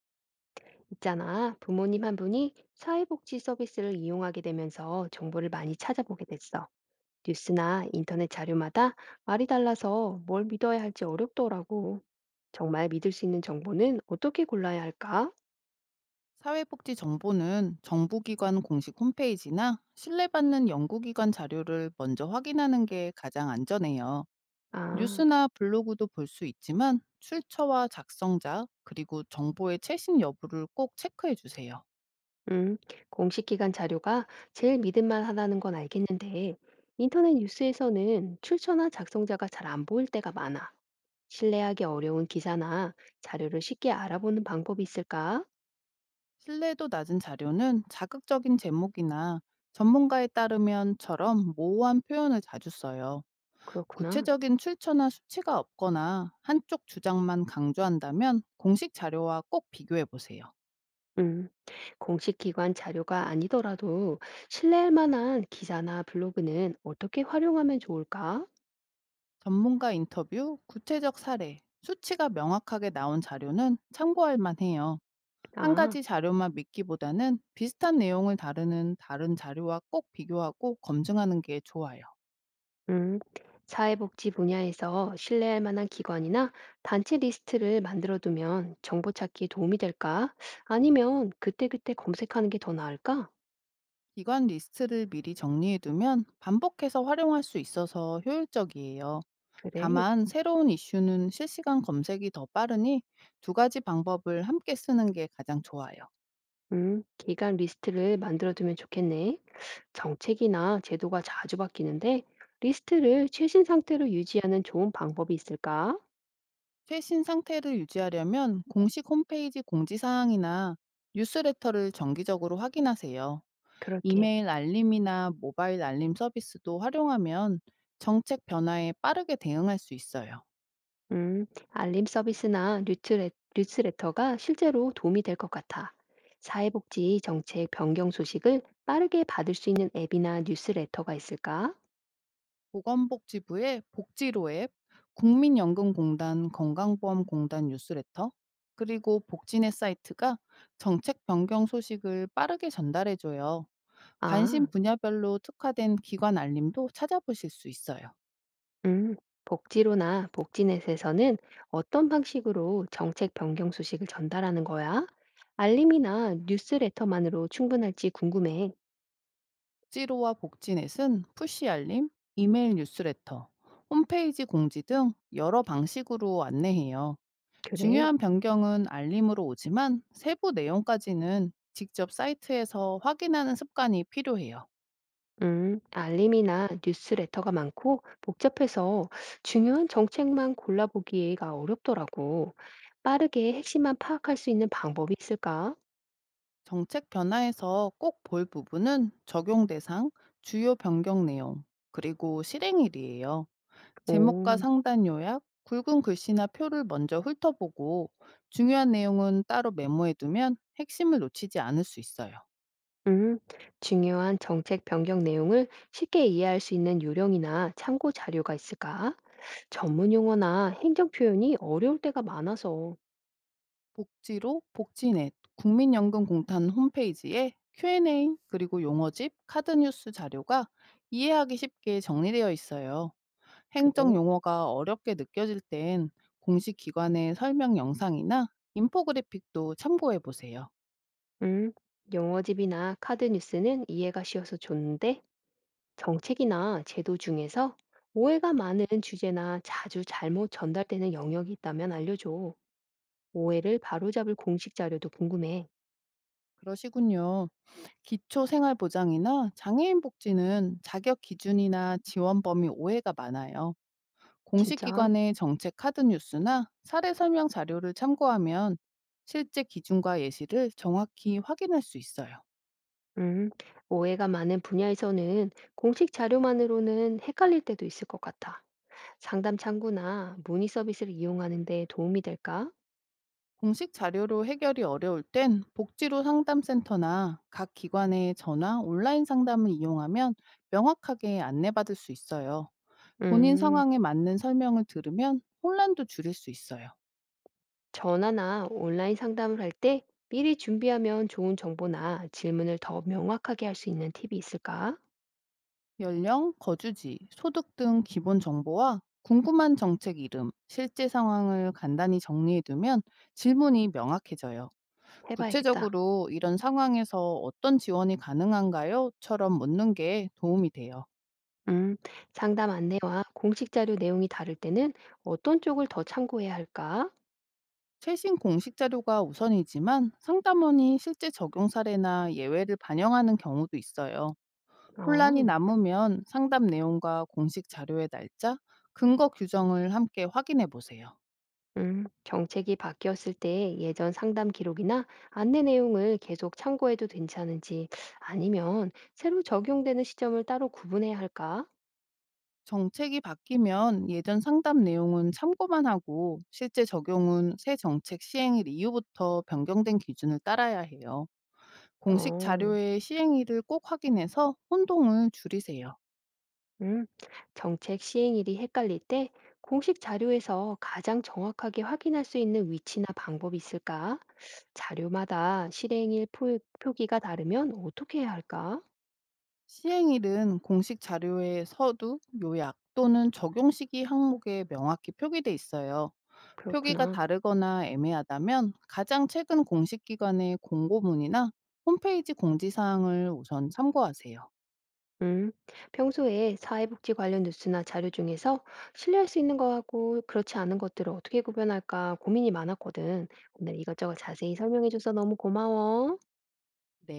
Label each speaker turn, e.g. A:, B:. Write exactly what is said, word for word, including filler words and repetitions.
A: 있잖아. 부모님 한 분이 사회복지 서비스를 이용하게 되면서 정보를 많이 찾아보게 됐어. 뉴스나 인터넷 자료마다 말이 달라서 뭘 믿어야 할지 어렵더라고. 정말 믿을 수 있는 정보는 어떻게 골라야 할까?
B: 사회복지 정보는 정부기관 공식 홈페이지나 신뢰받는 연구기관 자료를 먼저 확인하는 게 가장 안전해요.
A: 아,
B: 뉴스나 블로그도 볼 수 있지만 출처와 작성자 그리고 정보의 최신 여부를 꼭 체크해 주세요.
A: 음, 공식 기관 자료가 제일 믿을만 하다는 건 알겠는데, 인터넷 뉴스에서는 출처나 작성자가 잘 안 보일 때가 많아. 신뢰하기 어려운 기사나 자료를 쉽게 알아보는 방법이 있을까?
B: 신뢰도 낮은 자료는 자극적인 제목이나 전문가에 따르면처럼 모호한 표현을 자주 써요.
A: 그렇구나.
B: 구체적인 출처나 수치가 없거나 한쪽 주장만 강조한다면 공식 자료와 꼭 비교해 보세요.
A: 음, 공식 기관 자료가 아니더라도 신뢰할 만한 기사나 블로그는 어떻게 활용하면 좋을까?
B: 전문가 인터뷰, 구체적 사례, 수치가 명확하게 나온 자료는 참고할 만해요. 한
A: 아,
B: 가지 자료만 믿기보다는 비슷한 내용을 다루는 다른 자료와 꼭 비교하고 검증하는 게 좋아요.
A: 음, 사회복지 분야에서 신뢰할 만한 기관이나 단체 리스트를 만들어 두면 정보 찾기에 도움이 될까? 아니면 그때그때 검색하는 게 더 나을까?
B: 기관 리스트를 미리 정리해두면 반복해서 활용할 수 있어서 효율적이에요.
A: 그래.
B: 다만 새로운 이슈는 실시간 검색이 더 빠르니 두 가지 방법을 함께 쓰는 게 가장 좋아요.
A: 음, 기관 리스트를 만들어 두면 좋겠네. 정책이나 제도가 자주 바뀌는데 리스트를 최신 상태로 유지하는 좋은 방법이 있을까?
B: 최신 상태를 유지하려면 공식 홈페이지 공지사항이나 뉴스레터를 정기적으로 확인하세요.
A: 그럴게.
B: 이메일 알림이나 모바일 알림 서비스도 활용하면 정책 변화에 빠르게 대응할 수 있어요.
A: 음, 알림 서비스나 뉴트레, 뉴스레터가 실제로 도움이 될 것 같아. 사회복지 정책 변경 소식을 빠르게 받을 수 있는 앱이나 뉴스레터가 있을까?
B: 보건복지부의 복지로 앱, 국민연금공단 건강보험공단 뉴스레터, 그리고 복지넷 사이트가 정책 변경 소식을 빠르게 전달해줘요. 관심
A: 아,
B: 분야별로 특화된 기관 알림도 찾아보실 수 있어요.
A: 음, 복지로나 복지넷에서는 어떤 방식으로 정책 변경 소식을 전달하는 거야? 알림이나 뉴스레터만으로 충분할지 궁금해.
B: 복지로와 복지넷은 푸시 알림, 이메일 뉴스레터, 홈페이지 공지 등 여러 방식으로 안내해요.
A: 그래.
B: 중요한 변경은 알림으로 오지만 세부 내용까지는 직접 사이트에서 확인하는 습관이 필요해요.
A: 음, 알림이나 뉴스레터가 많고 복잡해서 중요한 정책만 골라보기가 어렵더라고. 빠르게 핵심만 파악할 수 있는 방법이 있을까?
B: 정책 변화에서 꼭 볼 부분은 적용 대상, 주요 변경 내용, 그리고 실행일이에요.
A: 오,
B: 제목과 상단 요약, 굵은 글씨나 표를 먼저 훑어보고 중요한 내용은 따로 메모해두면 핵심을 놓치지 않을 수 있어요.
A: 음, 중요한 정책 변경 내용을 쉽게 이해할 수 있는 요령이나 참고 자료가 있을까? 전문 용어나 행정 표현이 어려울 때가 많아서.
B: 복지로 복지넷 국민연금공단 홈페이지에 큐앤에이 그리고 용어집 카드뉴스 자료가 이해하기 쉽게 정리되어 있어요. 행정
A: 그래.
B: 용어가 어렵게 느껴질 땐 공식 기관의 설명 영상이나 인포그래픽도 참고해 보세요.
A: 음, 용어집이나 카드 뉴스는 이해가 쉬워서 좋은데 정책이나 제도 중에서 오해가 많은 주제나 자주 잘못 전달되는 영역이 있다면 알려줘. 오해를 바로잡을 공식 자료도 궁금해.
B: 그러시군요. 기초생활보장이나 장애인 복지는 자격 기준이나 지원 범위 오해가 많아요. 공식
A: 진짜?
B: 기관의 정책 카드 뉴스나 사례 설명 자료를 참고하면 실제 기준과 예시를 정확히 확인할 수 있어요.
A: 음, 오해가 많은 분야에서는 공식 자료만으로는 헷갈릴 때도 있을 것 같아. 상담 창구나 문의 서비스를 이용하는 데 도움이 될까?
B: 공식 자료로 해결이 어려울 땐 복지로 상담센터나 각 기관의 전화, 온라인 상담을 이용하면 명확하게 안내받을 수 있어요. 본인
A: 음,
B: 상황에 맞는 설명을 들으면 혼란도 줄일 수 있어요.
A: 전화나 온라인 상담을 할 때 미리 준비하면 좋은 정보나 질문을 더 명확하게 할 수 있는 팁이 있을까?
B: 연령, 거주지, 소득 등 기본 정보와 궁금한 정책 이름, 실제 상황을 간단히 정리해두면 질문이 명확해져요.
A: 해봐야겠다.
B: 구체적으로 이런 상황에서 어떤 지원이 가능한가요?처럼 묻는 게 도움이 돼요.
A: 음, 상담 안내와 공식 자료 내용이 다를 때는 어떤 쪽을 더 참고해야 할까?
B: 최신 공식 자료가 우선이지만 상담원이 실제 적용 사례나 예외를 반영하는 경우도 있어요.
A: 아,
B: 혼란이 남으면 상담 내용과 공식 자료의 날짜, 근거 규정을 함께 확인해 보세요.
A: 음, 정책이 바뀌었을 때 예전 상담 기록이나 안내 내용을 계속 참고해도 괜찮은지 아니면 새로 적용되는 시점을 따로 구분해야 할까?
B: 정책이 바뀌면 예전 상담 내용은 참고만 하고 실제 적용은 새 정책 시행일 이후부터 변경된 기준을 따라야 해요. 공식
A: 어,
B: 자료의 시행일을 꼭 확인해서 혼동을 줄이세요.
A: 음, 정책 시행일이 헷갈릴 때 공식 자료에서 가장 정확하게 확인할 수 있는 위치나 방법이 있을까? 자료마다 실행일 표- 표기가 다르면 어떻게 해야 할까?
B: 시행일은 공식 자료의 서두, 요약 또는 적용 시기 항목에 명확히 표기돼 있어요. 표기가
A: 그렇구나.
B: 다르거나 애매하다면 가장 최근 공식 기관의 공고문이나 홈페이지 공지사항을 우선 참고하세요.
A: 음. 평소에 사회복지 관련 뉴스나 자료 중에서 신뢰할 수 있는 거하고 그렇지 않은 것들을 어떻게 구별할까 고민이 많았거든. 오늘 이것저것 자세히 설명해줘서 너무 고마워.
B: 네.